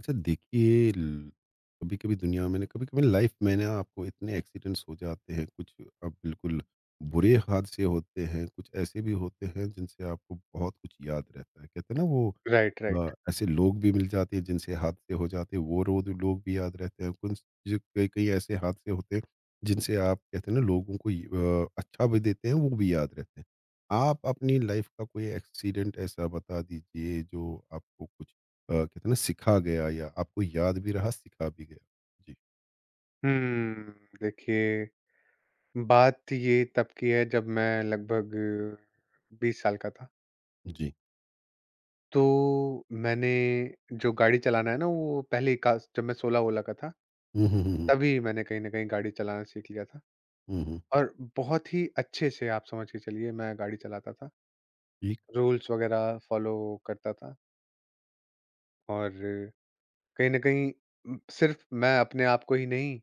अच्छा देखिए कभी-कभी दुनिया में कभी-कभी लाइफ में ना आपको इतने एक्सीडेंट्स हो जाते हैं। कुछ अब बिल्कुल बुरे हादसे होते हैं, कुछ ऐसे भी होते हैं जिनसे आपको बहुत कुछ याद रहता है। कहते हैं ना वो राइट, राइट। ऐसे लोग भी मिल जाते हैं जिनसे हादसे हो जाते हैं, वो रोज लोग भी याद रहते हैं। कुछ कई कई ऐसे हादसे होते हैं जिनसे आप कहते हैं ना लोगों को ये, अच्छा भी देते हैं, वो भी याद रहते हैं। आप अपनी लाइफ का कोई एक्सीडेंट ऐसा बता दीजिए जो आपको कुछ कहते हैं ना सिखा गया, या आपको याद भी रहा, सिखा भी गया? जी। हम्म, देखिए, बात ये तब की है जब मैं लगभग 20 साल का था। जी। तो मैंने जो गाड़ी चलाना है ना वो पहले ही का जब मैं 16-16 का था, हुँ, हुँ, हुँ, हुँ। तभी मैंने कहीं न कहीं गाड़ी चलाना सीख लिया था। हुँ, हुँ। और बहुत ही अच्छे से आप समझ के चलिए मैं गाड़ी चलाता था, ठीक। रूल्स वगैरह फ़ॉलो करता था और कहीं न कहीं सिर्फ़ मैं अपने आप को ही नहीं,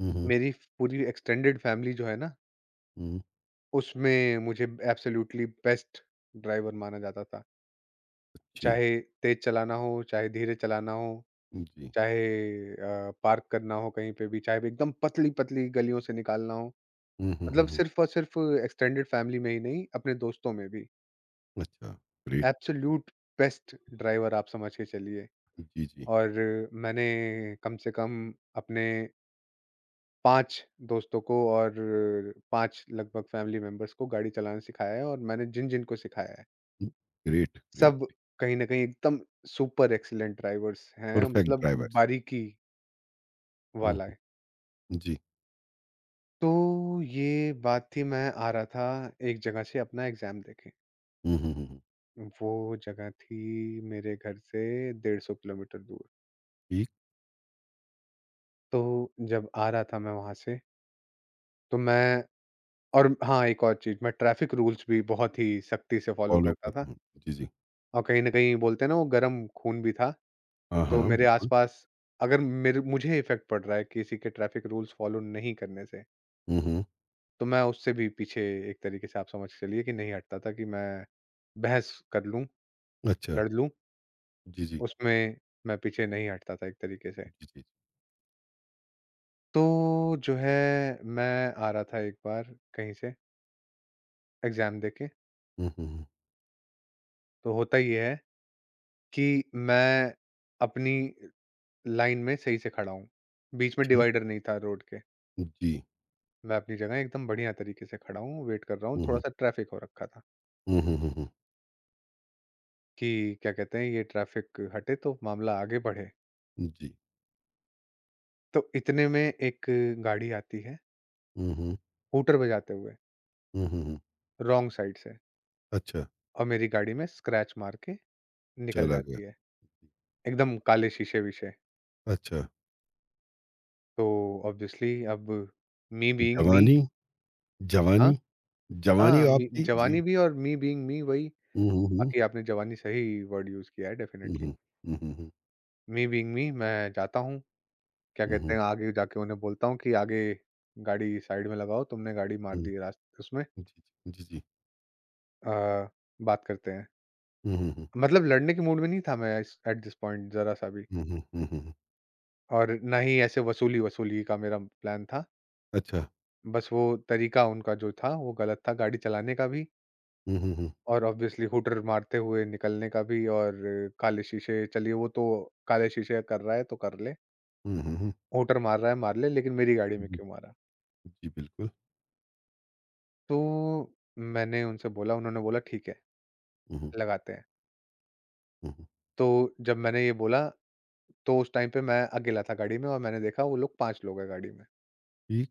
हुँ, हुँ, मेरी पूरी एक्सटेंडेड फैमिली जो है ना हुँ। उसमें मुझे एब्सोल्यूटली बेस्ट ड्राइवर माना जाता था। जी। चाहे तेज़ चलाना हो, चाहे धीरे चलाना हो, जी। चाहे पार्क करना हो कहीं पे भी, चाहे भी एकदम पतली-पतली गलियों से निकालना हो। हुँ, हुँ, हुँ, मतलब हुँ। सिर्फ़ और सिर्फ़ एक्सटेंडेड फैमिली में ही नहीं, अपने दोस्तों में भी। अच्छा, ग्रेट। एब्सोल्यूट बेस्ट ड्राइवर आप समझ के चलिए। जी, जी। और मैंने कम से कम अपने 5 दोस्तों को और 5 लगभग फैमिली मेंबर्स को गाड़ी चलाना सिखाया है और मैंने जिन-जिन को सिखाया है। Great, great. सब कहीं न कहीं एकदम सुपर एक्सीलेंट ड्राइवर्स हैं, परफेक्ट मतलब ड्राइवर्स। बारीकी हुँ, वाला हुँ। है। जी। तो ये बात थी, मैं आ रहा था एक जगह से अपना एग्ज़ाम देके। हुँ, हुँ, हुँ, हुँ। वो जगह थी मेरे घर से 150 किलोमीटर दूर। ठीक, तो जब आ रहा था मैं वहाँ से, तो मैं, और हाँ, एक और चीज़, मैं ट्रैफ़िक रूल्स भी बहुत ही सख्ती से फ़ॉलो फॉलो करता था करता हूँ। जी, जी। और कहीं न कहीं बोलते हैं ना वो गरम खून भी था। हाँ, तो हाँ, मेरे बिल्कुल। आस-पास अगर मेरे मुझे इफ़ेक्ट पड़ रहा है किसी के ट्रैफ़िक रूल्स फ़ॉलो नहीं करने से, हुँ, हुँ। तो मैं उससे भी पीछे एक तरीके से आप समझ के चलिए कि नहीं हटता था, कि मैं बहस कर लूँ, अच्छा। लड़ लूँ, जी, जी। उसमें मैं पीछे नहीं हटता था एक तरीके से। जी, जी। तो जो है, मैं आ रहा था एक बार कहीं से एग्ज़ाम देके, हुँ, हुँ, हुँ। तो होता ये है कि मैं अपनी लाइन में सही से खड़ा हूँ। बीच में ठीक। डिवाइडर नहीं था रोड के। जी। मैं अपनी जगह एकदम बढ़िया तरीके से खड़ा हूँ, वेट कर रहा हूँ, हुँ, हुँ। थोड़ा-सा ट्रैफ़िक हो रखा था, हुँ, हुँ, हुँ, हुँ। कि क्या कहते हैं, ये ट्रैफ़िक हटे तो मामला आगे बढ़े। जी। तो इतने में एक गाड़ी आती है, हुँ, हुँ। हूटर बजाते हुए, हुँ, हुँ, हुँ। रॉन्ग साइड से, अच्छा, और मेरी गाड़ी में स्क्रैच मार के निकल चला गया। जाती है, एकदम काले शीशे-वीशे। अच्छा, तो ऑब्वियसली अब मी बीइंग मी, जवानी? हाँ, जवानी, जवानी हाँ, मी आपकी जी। जवानी भी और मी बीइंग मी वही, हुँ, हुँ, हुँ। बाकी आपने जवानी सही वर्ड यूज़ किया है डेफिनिटली। हुँ, हुँ। मी बीइंग मी मैं जाता हूँ, क्या हुँ, हुँ, कहते हुँ। हैं, आगे जाके उन्हें बोलता हूँ कि आगे गाड़ी साइड में लगाओ, तुमने गाड़ी मार हुँ, हुँ, दी है रास उसमें, हुँ। जी, जी, जी। अ, बात करते हैं। हुँ, हुँ, हुँ। मतलब लड़ने के मूड में नहीं था मैं एट दिस पॉइंट जरा सा भी, हुँ, हुँ, हुँ, हुँ, हुँ। और ना ही ऐसे वसूली वसूली का मेरा प्लान था, अच्छा। बस वो तरीका उनका जो था वो गलत था गाड़ी चलाने का भी, हुँ, हुँ, हुँ। और ऑब्वियसली हुटर मारते हुए निकलने का भी, और काले शीशे चलिए वो तो, काले शीशे कर रहा है तो कर ले, हुँ, हुँ, हुँ। हुटर मार रहा है मार ले, लेकिन मेरी गाड़ी में जी, क्यों मारा। जी, बिल्कुल। तो मैंने उनसे बोला, उन्होंने बोला ठीक है, हुँ, हुँ, लगाते हैं। हुँ, हुँ। तो जब मैंने ये बोला, तो उस टाइम पे मैं अकेला था गाड़ी में और मैंने देखा वो लोग पांच लोग हैं गाड़ी में। ठीक।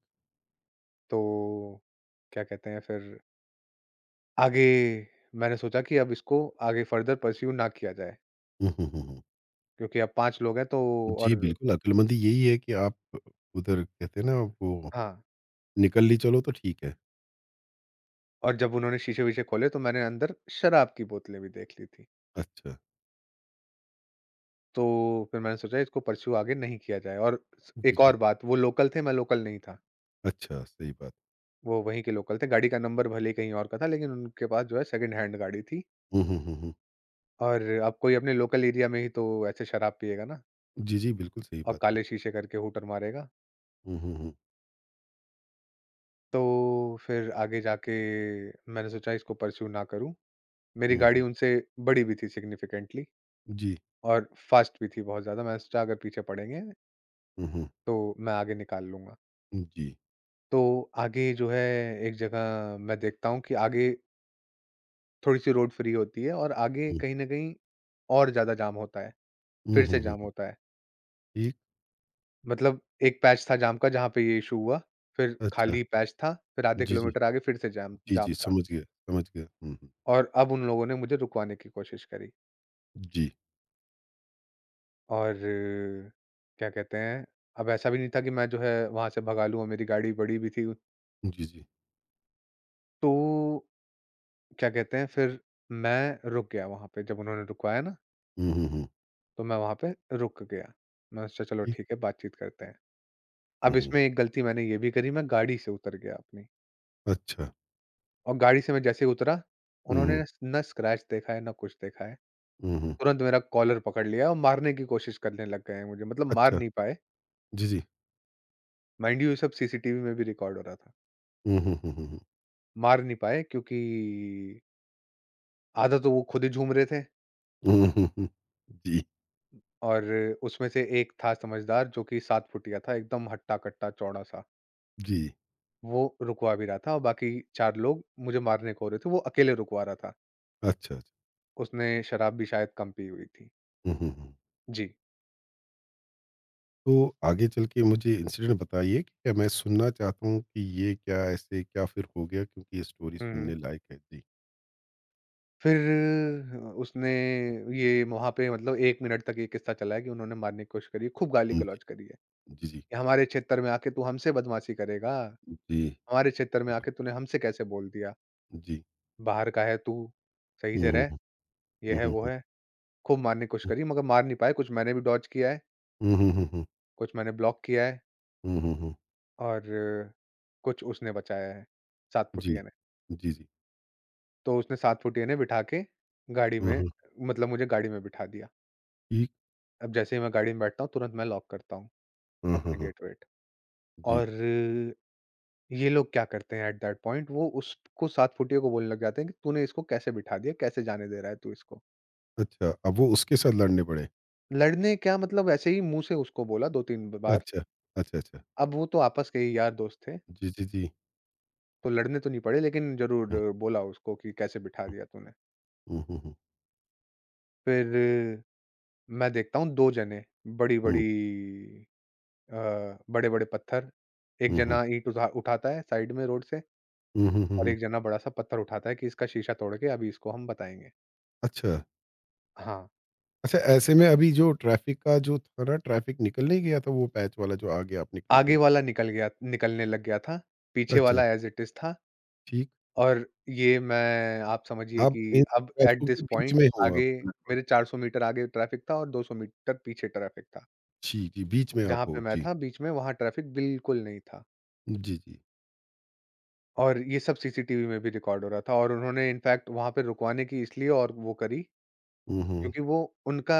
तो क्या कहते हैं, फिर आगे मैंने सोचा कि अब इसको आगे फर्दर पर्स्यू ना किया जाए, हुँ, हुँ, हुँ, हुँ। क्योंकि अब 5 लोग हैं तो। जी, और बिल्कुल, अक्लमंदी यही है कि आप उधर कहते हैं ना वो हाँ, निकल ली चलो तो ठीक है। और जब उन्होंने शीशे-वीशे खोले तो मैंने अंदर शराब की बोतलें भी देख ली थी। अच्छा। तो फिर मैंने सोचा इसको पर्स्यू आगे नहीं किया जाए, और स जी, एक जी। और बात, वो लोकल थे, मैं लोकल नहीं था। अच्छा, सही बात। वो वहीं के लोकल थे, गाड़ी का नंबर भले ही कहीं और का था, लेकिन उनके पास जो है सेकंड हैंड गाड़ी थी, हुँ, हुँ, हुँ, हुँ। और अब कोई अपने लोकल एरिया में ही तो ऐसे शराब पिएगा ना, जी, जी, बिल्कुल सही और बात है। काले शीशे करके हूटर मारेगा। हुँ, हुँ, हुँ। तो फिर आगे जाके मैंने सोचा इसको परस्यू ना करूँ। मेरी हुँ, गाड़ी हुँ। उनसे बड़ी भी थी सिग्निफिकेंटली जी। और फास्ट भी थी बहुत ज़्यादा। मैंने सोचा अगर पीछे पड़ेंगे हुँ, हुँ। तो मैं आगे निकाल लूँगा। जी। तो आगे जो है, एक जगह मैं देखता हूँ कि आगे थोड़ी-सी रोड फ्री होती है और आगे हुँ। कहीं न कहीं और ज़्यादा जाम होता है, हुँ, फिर हुँ, से हुँ, जाम हुँ। होता है। ठीक। मतलब एक पैच था जाम का जहाँ पे ये इश्यू हुआ, फिर अच्छा। खाली पैच था, फिर आधे जी, जी। किलोमीटर आगे फिर से जाम जी, जी, जाम था, समझ गया, समझ गया। हुँ, हुँ। और अब उन लोगों ने मुझे रुकवाने की कोशिश करी। जी। और क्या कहते हैं, अब ऐसा भी नहीं था कि मैं जो है वहाँ से भगा लूँ, और मेरी गाड़ी पड़ी भी थी। जी, जी। तो क्या कहते हैं, फिर मैं रुक गया वहाँ पे, जब उन्होंने रुकवाया ना, हुँ, हुँ, हुँ। तो मैं वहाँ पे रुक गया। मैंने सोचा चलो ठीक। ठीक है, बातचीत करते हैं। हुँ, अब हुँ। इसमें एक गलती मैंने ये भी करी, मैं गाड़ी से उतर गया अपनी, अच्छा। और गाड़ी से मैं जैसे ही उतरा, हुँ, उन्होंने हुँ। ना ना स्क्रैच देखा है, ना कुछ देखा है। हुँ, हुँ। तुरंत मेरा कॉलर पकड़ लिया और मारने की कोशिश करने लग गए हैं मुझे, मतलब मार अच्छा। नहीं पाए। जी, जी। माइंड यू ये सब सीसीटीवी में भी रिकॉर्ड हो रहा था। हुँ, हुँ, हुँ, हुँ, हुँ। मार नहीं पाए क्योंकि आधा तो वो खुद ही झूम रहे थे, हुँ, हुँ, हुँ। जी, और उसमें से एक था समझदार जो कि 7 फुटिया था एकदम हट्टा-कट्टा चौड़ा-सा। जी। वो रुकवा भी रहा था और बाकी 4 लोग मुझे मारने को हो रहे थे, वो अकेले रुकवा रहा था। अच्छा, अच्छा। उसने शराब भी शायद कम पी हुई थी। हुँ, हुँ, हुँ। जी। तो आगे चल के मुझे इंसिडेंट बताइए कि क्या, मैं सुनना चाहता हूँ कि ये क्या ऐसे क्या फिर हो गया, क्योंकि ये स्टोरी हुँ, हुँ। सुनने लायक है? जी। फिर उसने ये वहाँ पे, मतलब 1 मिनट तक ये किस्सा चला है कि उन्होंने मारने की कोशिश करी है, खूब हुँ, गाली-गलौज जी, करी है जी, जी। कि हमारे क्षेत्र में आके तू हमसे बदमाशी करेगा? जी, हमारे क्षेत्र में आके तूने हमसे कैसे बोल दिया? जी। बाहर का है तू, सही हुँ, से हुँ, रह, हुँ। ये हुँ, हुँ, है, हुँ, वो हुँ। है। खूब मारने की कोशिश करी मगर मार नहीं पाए, कुछ मैंने भी डॉज किया है, हुँ, हुँ, हुँ, हुँ। कुछ मैंने ब्लॉक किया है, हुँ, हुँ, हुँ। और कुछ उसने बचाया है, 7 जी। फुटिया ने। जी, जी। तो उसने 7 फुटिया ने बिठा के गाड़ी हुँ, में, हुँ। मतलब मुझे गाड़ी में बिठा दिया। ये अब जैसे ही मैं गाड़ी में बैठता हूँ, तुरंत मैं लॉक करता हूँ हाँ, हाँ, अपने हाँ। गेट-वेट, जी, और ये लोग क्या करते हैं एट दैट पॉइंट, वो उसको 7 फुटिया को बोलने लग जाते हैं कि तूने इसको कैसे बिठा दिया? कैसे जाने दे रहा है तू इसको? अच्छा, अब वो उसके साथ लड़ने पड़े। लड़ने क्या मतलब, ऐसे ही मुँह से उसको बोला 2-3 बार। अच्छा, अच्छा, अच्छा। अब वो तो आपस के ही यार दोस्त थे। जी, जी, जी। तो लड़ने तो नहीं पड़े, लेकिन ज़रूर हुँ, बोला उसको कि कैसे बिठा दिया तूने। हुँ, हुँ, हुँ, हुँ। फिर मैं देखता हूँ 2 जने हुँ, बड़ी-बड़ी, अ, बड़े-बड़े पत्थर, एक हुँ, हुँ। जना ईंट उठाता है साइड में रोड से, हुँ, हुँ, हुँ, और हुँ। एक जना बड़ा-सा पत्थर उठाता है कि इसका शीशा तोड़ के अभी इसको हम बताएँगे। अच्छा, हाँ, अच्छा, ऐसे में अभी जो ट्रैफ़िक का जो था ना, ट्रैफ़िक निकल नहीं गया था वो पैच वाला जो आगे आप निकले थे? आगे वाला निकल गया, निकलने लग गया था, पीछे अच्छा, वाला एज़ इट इज़ था। ठीक। और ये मैं आप समझिए आप कि इन अब एट ट्रैफ़िकों के दिस बीच पॉइंट में हो आप आगे, लगभग। मेरे 400 मीटर आगे ट्रैफ़िक था और 200 मीटर पीछे ट्रैफ़िक था। जी, जी, बीच में जहाँ आप पे हो। मैं जी, था बीच में, वहाँ ट्रैफिक बिल्कुल नहीं था। जी, जी। और ये सब सीसीटीवी में भी रिकॉर्ड हो रहा था, और उन्होंने इनफैक्ट वहाँ पे रुकवाने की इसलिए और वो करी, हुँ, हुँ। क्योंकि वो उनका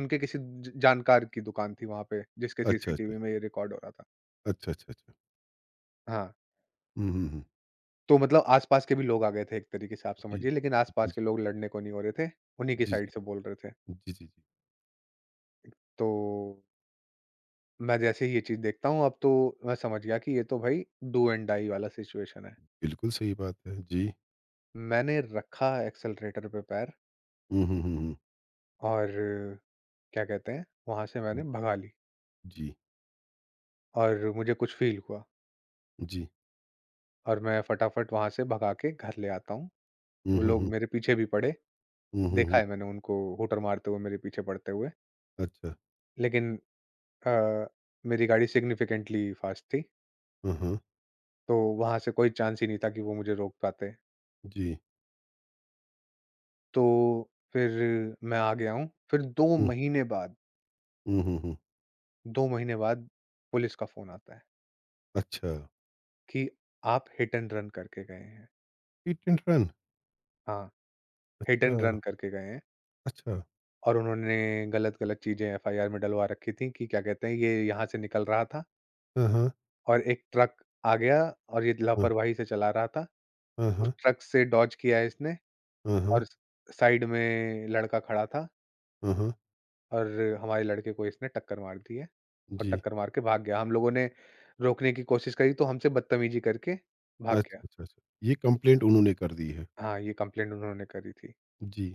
उनके किसी ज जानकार की दुकान थी वहाँ पे, जिसके अच्छा, अच्छा। सीसीटीवी में ये रिकॉर्ड हो रहा था। अच्छा, अच्छा, अच्छा। हाँ, हुँ, हुँ, हुँ। तो मतलब आस-पास के भी लोग आ गए थे एक तरीके से आप जी। समझिए, लेकिन जी, आस-पास जी। के लोग लड़ने को नहीं हो रहे थे, उन्हीं की जी, साइड जी। से बोल रहे थे। जी, जी, जी। तो मैं जैसे ही ये चीज़ देखता हूँ, अब तो मैं समझ गया कि ये तो भाई डू एंड डाई वाला सिचुएशन है। बिल्कुल सही बात है। जी। मैंने रखा एक्सेलरेटर पे पैर, हुँ, हुँ, हुँ, हुँ। और क्या कहते हैं, वहाँ से मैंने भगा ली, जी, और मुझे कुछ फ़ील हुआ, जी। और मैं फटाफट वहाँ से भगा के घर ले आता हूँ। हुँ, वो हुँ, लोग हुँ। मेरे पीछे भी पड़े, हुँ, हुँ, देखा हुँ। है मैंने उनको हूटर मारते हुए मेरे पीछे पड़ते हुए। अच्छा। लेकिन अ, मेरी गाड़ी सिग्निफ़िकेंटली फ़ास्ट थी, हाँ, हाँ। तो वहाँ से कोई चांस ही नहीं था कि वो मुझे रोक पाते। जी। तो फिर मैं आ गया हूँ, फिर 2 हुँ, महीने बाद, हुँ, हुँ, हुँ। 2 महीने बाद पुलिस का फ़ोन आता है अच्छा, कि आप हिट एंड रन करके गए हैं। Hit and run. हाँ, हिट अच्छा, एंड रन करके गए हैं। अच्छा। और उन्होंने गलत-गलत चीज़ें एफआईआर में डलवा रखी थी कि क्या कहते हैं, ये यहाँ से निकल रहा था हाँ, हाँ। और एक ट्रक आ गया और ये हाँ, लापरवाही से चला रहा था। हाँ, उस हाँ। ट्रक से डॉज किया इसने, हाँ, हाँ। और स साइड में लड़का खड़ा था, हाँ, हाँ। और हमारे लड़के को इसने टक्कर मार दी है, और जी। टक्कर मार के भाग गया। हम लोगों ने रोकने की कोशिश करी तो हमसे बदतमीज़ी करके भाग अच्छा, गया। अच्छा, अच्छा। ये कंप्लेंट उन्होंने कर दी है। हाँ, ये कंप्लेंट उन्होंने करी थी। जी।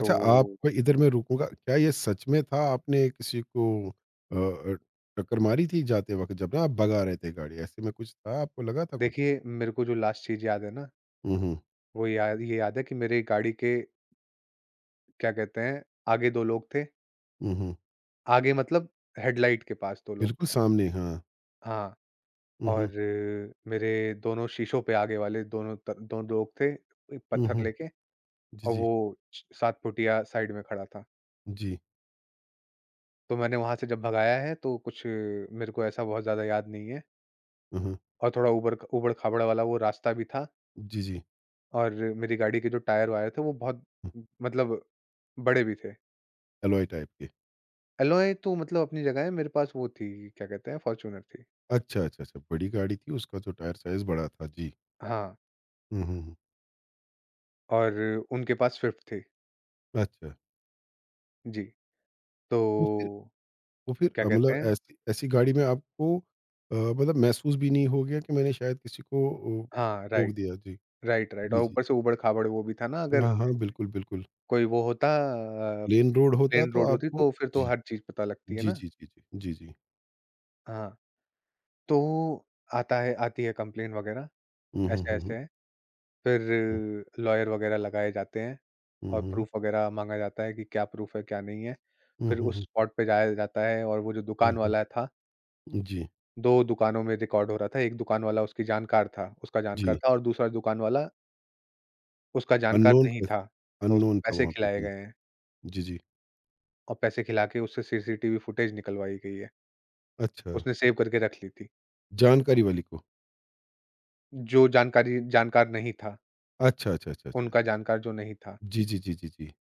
अच्छा आप, मैं रुकूँगा, क्या ये सच में था, आपने किसी को टक्कर मारी थी जाते वक़्त जब ना आप भगा रहे थे गाड़ी, ऐसे में कुछ था, आपको लगा था कुछ? देखिए, मेरे को जो लास्ट चीज़ याद है ना, हुँ, हुँ। वो याद ये याद है कि मेरी गाड़ी के, क्या कहते हैं, आगे 2 लोग थे। हुँ, हुँ। आगे मतलब हेडलाइट के पास 2 लोग बिल्कुल थे। सामने, हाँ। हाँ, हुँ, और हुँ। मेरे दोनों शीशों पे आगे वाले दोनों, त 2 लोग थे, एक हुँ, पत्थर हुँ। लेके, जी, और जी। वो स 7 फुटिया साइड में खड़ा था। जी। तो मैंने वहाँ से जब भगाया है, तो कुछ मेरे को ऐसा बहुत ज़्यादा याद नहीं है, हुँ, हुँ। और थोड़ा ऊबड़-खाबड़ वाला वो रास्ता भी था, जी, जी। और मेरी गाड़ी के जो टायर-वायर थे वो बहुत, हुँ, मतलब बड़े भी थे। एलॉय टाइप के। एलॉय तो मतलब अपनी जगह है, मेरे पास वो थी, क्या कहते हैं, फ़ॉर्च्यूनर थी। अच्छा, अच्छा, अच्छा, बड़ी गाड़ी थी, उसका तो टायर साइज़ बड़ा था। जी। हाँ, हुँ, हुँ, हुँ। और उनके पास स्विफ्ट थी। अच्छा, जी, तो तो फिर क्या कहते मतलब हैं, ऐसी ऐसी गाड़ी में आपको मतलब महसूस भी नहीं हो गया कि मैंने शायद किसी को ओ, हाँ, ठोक राइट, दिया? जी। राइट, राइट, जी, और जी। ऊपर से ऊबड़-खाबड़ वो भी था ना, अगर हाँ, हाँ, बिल्कुल, बिल्कुल। कोई वो होता, अ, प्लेन रोड होता प्लेन तो रोड होती आपको तो फिर तो जी। हर चीज़ पता लगती है जी, ना? जी, जी, जी। जी, जी। हाँ, तो आता है आती है कंप्लेन वगैरह, हुँ, हुँ, हुँ, ऐसे-ऐसे हुँ। है। फिर लॉयर वगैरह लगाए जाते हैं, हुँ, और हुँ, हुँ। प्रूफ वगैरह माँगा जाता है कि क्या प्रूफ है, क्या नहीं है। हुँ, फिर हुँ, उस हुँ। स्पॉट पे जाया जाता है, और वो जो हुँ, दुकान हुँ। वाला था, जी, 2 दुकानों में रिकॉर्ड हो रहा था, एक दुकान वाला उसकी जानकार था उसका जानकार जी। था और दूसरा दुकान वाला उसका जानकार अननोन नहीं था था, तो उसको पैसे वहाँ पे। खिलाए जी। गए हैं। जी, जी। और पैसे खिला के उससे सीसीटीवी फुटेज निकलवाई गई है। अच्छा, उसने सेव करके रख ली थी। जानकारी वाली को। जो जानकार नहीं था, अच्छा, अच्छा, अच्छा, अच्छा, उनका अच्छा। जानकार जो नहीं था, जी, जी, जी, जी, जी।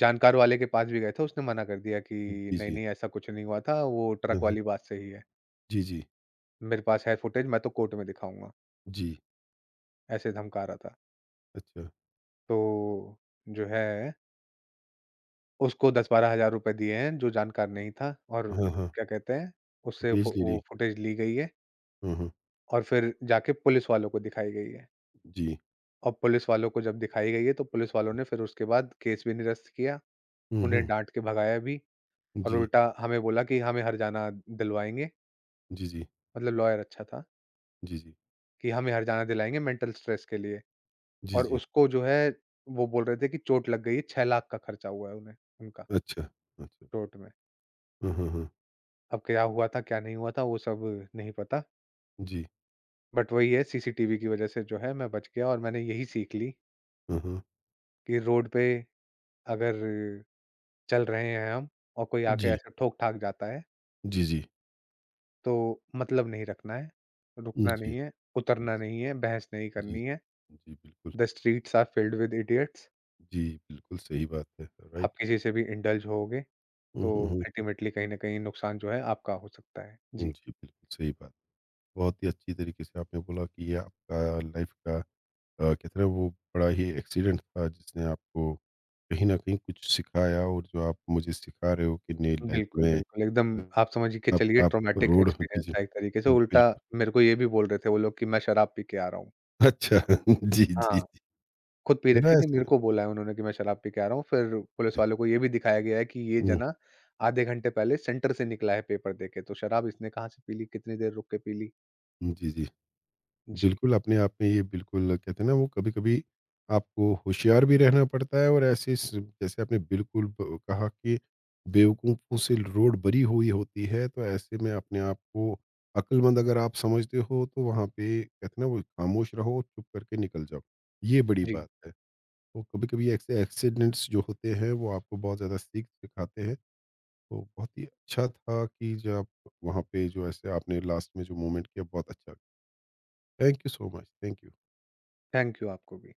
जानकार वाले के पास भी गए थे, उसने मना कर दिया कि जी, जी। नहीं-नहीं ऐसा कुछ नहीं हुआ था, वो हाँ, ट्रक हाँ। वाली बात सही है। जी, जी। मेरे पास है फुटेज, मैं तो कोर्ट में दिखाऊँगा, जी। ऐसे धमका रहा था। अच्छा। तो जो है, उसको 10-12 हज़ार रुपए दिए हैं जो जानकार नहीं था, और हाँ, हाँ। क्या कहते हैं, उससे फु फुटेज ले ली। वो फुटेज ली गई है, हाँ, हाँ। और फिर जाके पुलिस वालों को दिखाई गई है। जी। और पुलिस वालों को जब दिखाई गई है, तो पुलिस वालों ने फिर उसके बाद केस भी निरस्त किया, हुँ, उन्हें हुँ। डाँट के भगाया भी, और जी। उल्टा हमें बोला कि हमें हर्जाना दिलवाएँगे, जी, जी। मतलब लॉयर अच्छा था, जी, जी। कि हमें हर्जाना दिलाएँगे मेंटल स्ट्रेस के लिए, जी, और जी। उसको जो है, वो बोल रहे थे कि चोट लग गई है, 6 लाख का खर्चा हुआ है उन्हें, उनका अच्छा, अच्छा। चोट में। हाँ, हाँ, हाँ। अब क्या हुआ था, क्या नहीं हुआ था, वो सब नहीं पता, जी। बट वही है सीसीटीवी की वज़ह से जो है मैं बच गया, और मैंने यही सीख ली हाँ, हाँ। कि रोड पे अगर चल रहे हैं हम, और कोई आके जी। ऐसे ठोक-ठाक जाता है, जी, जी। तो मतलब नहीं रखना है, रुकना जी। नहीं है, जी। उतरना नहीं है, बहस नहीं जी, करनी है। जी बिल्कुल। The streets are filled with idiots. जी, बिल्कुल सही बात है, आप राइट? किसी से भी इंडल्ज होगे हुँ, तो हुँ, हुँ। अल्टीमेटली कहीं न कहीं नुकसान जो है आपका हो सकता है। जी, जी, बिल्कुल सही बात। बहुत ही अच्छी तरीके से आपने बोला कि ये आपका लाइफ़ का कहते हैं ना वो बड़ा ही एक्सीडेंट था जिसने आपको कहीं न कहीं कुछ सिखाया, और जो आप मुझे सिखा रहे हो कि नहीं, लाइफ बिल्कुल, में बिल्कुल, एकदम अगर आप समझ के आप चलिए, ट्रॉमेटिक रोड जी, एक्सपीरियंस जी। था एक तरीके से, उल्टा बिल्कुल। मेरे को ये भी बोल रहे थे वो लोग कि मैं शराब पी के आ रहा हूँ। अच्छा जी, जी, हाँ। जी। खुद पी है ना रखी थी, मेरे ऐसे? को बोला है उन्होंने कि मैं शराब पी के आ रहा हूँ, फिर पुलिस जी। वालों को ये भी दिखाया गया है कि ये हुँ, जना आधे घंटे पहले सेंटर से निकला है पेपर देके, तो शराब इसने कहाँ से पी ली, कितनी देर रुक के पी ली? जी, जी। जी, बिल्कुल, अपने आप में ये बिल्कुल कहते हैं ना वो कभी-कभी आपको होशियार भी रहना पड़ता है, और ऐसे स जैसे आपने बिल्कुल ब कहा कि बेवकूफ़ों से रोड भरी हुई होती है, तो ऐसे में अपने आप को अक्लमंद अगर आप समझते हो, तो वहाँ पे कहते हैं ना वो, खामोश रहो, चुप करके निकल जाओ। ये बड़ी जी। बात है। तो कभी-कभी ऐसे एक्सीडेंट्स जो होते हैं, वो आपको बहुत ज़्यादा सीख सिखाते हैं। तो बहुत ही अच्छा था कि जब वहाँ पे जो ऐसे आपने लास्ट में जो मोमेंट किया, बहुत अच्छा। Thank you so much. Thank you. Thank you आपको भी।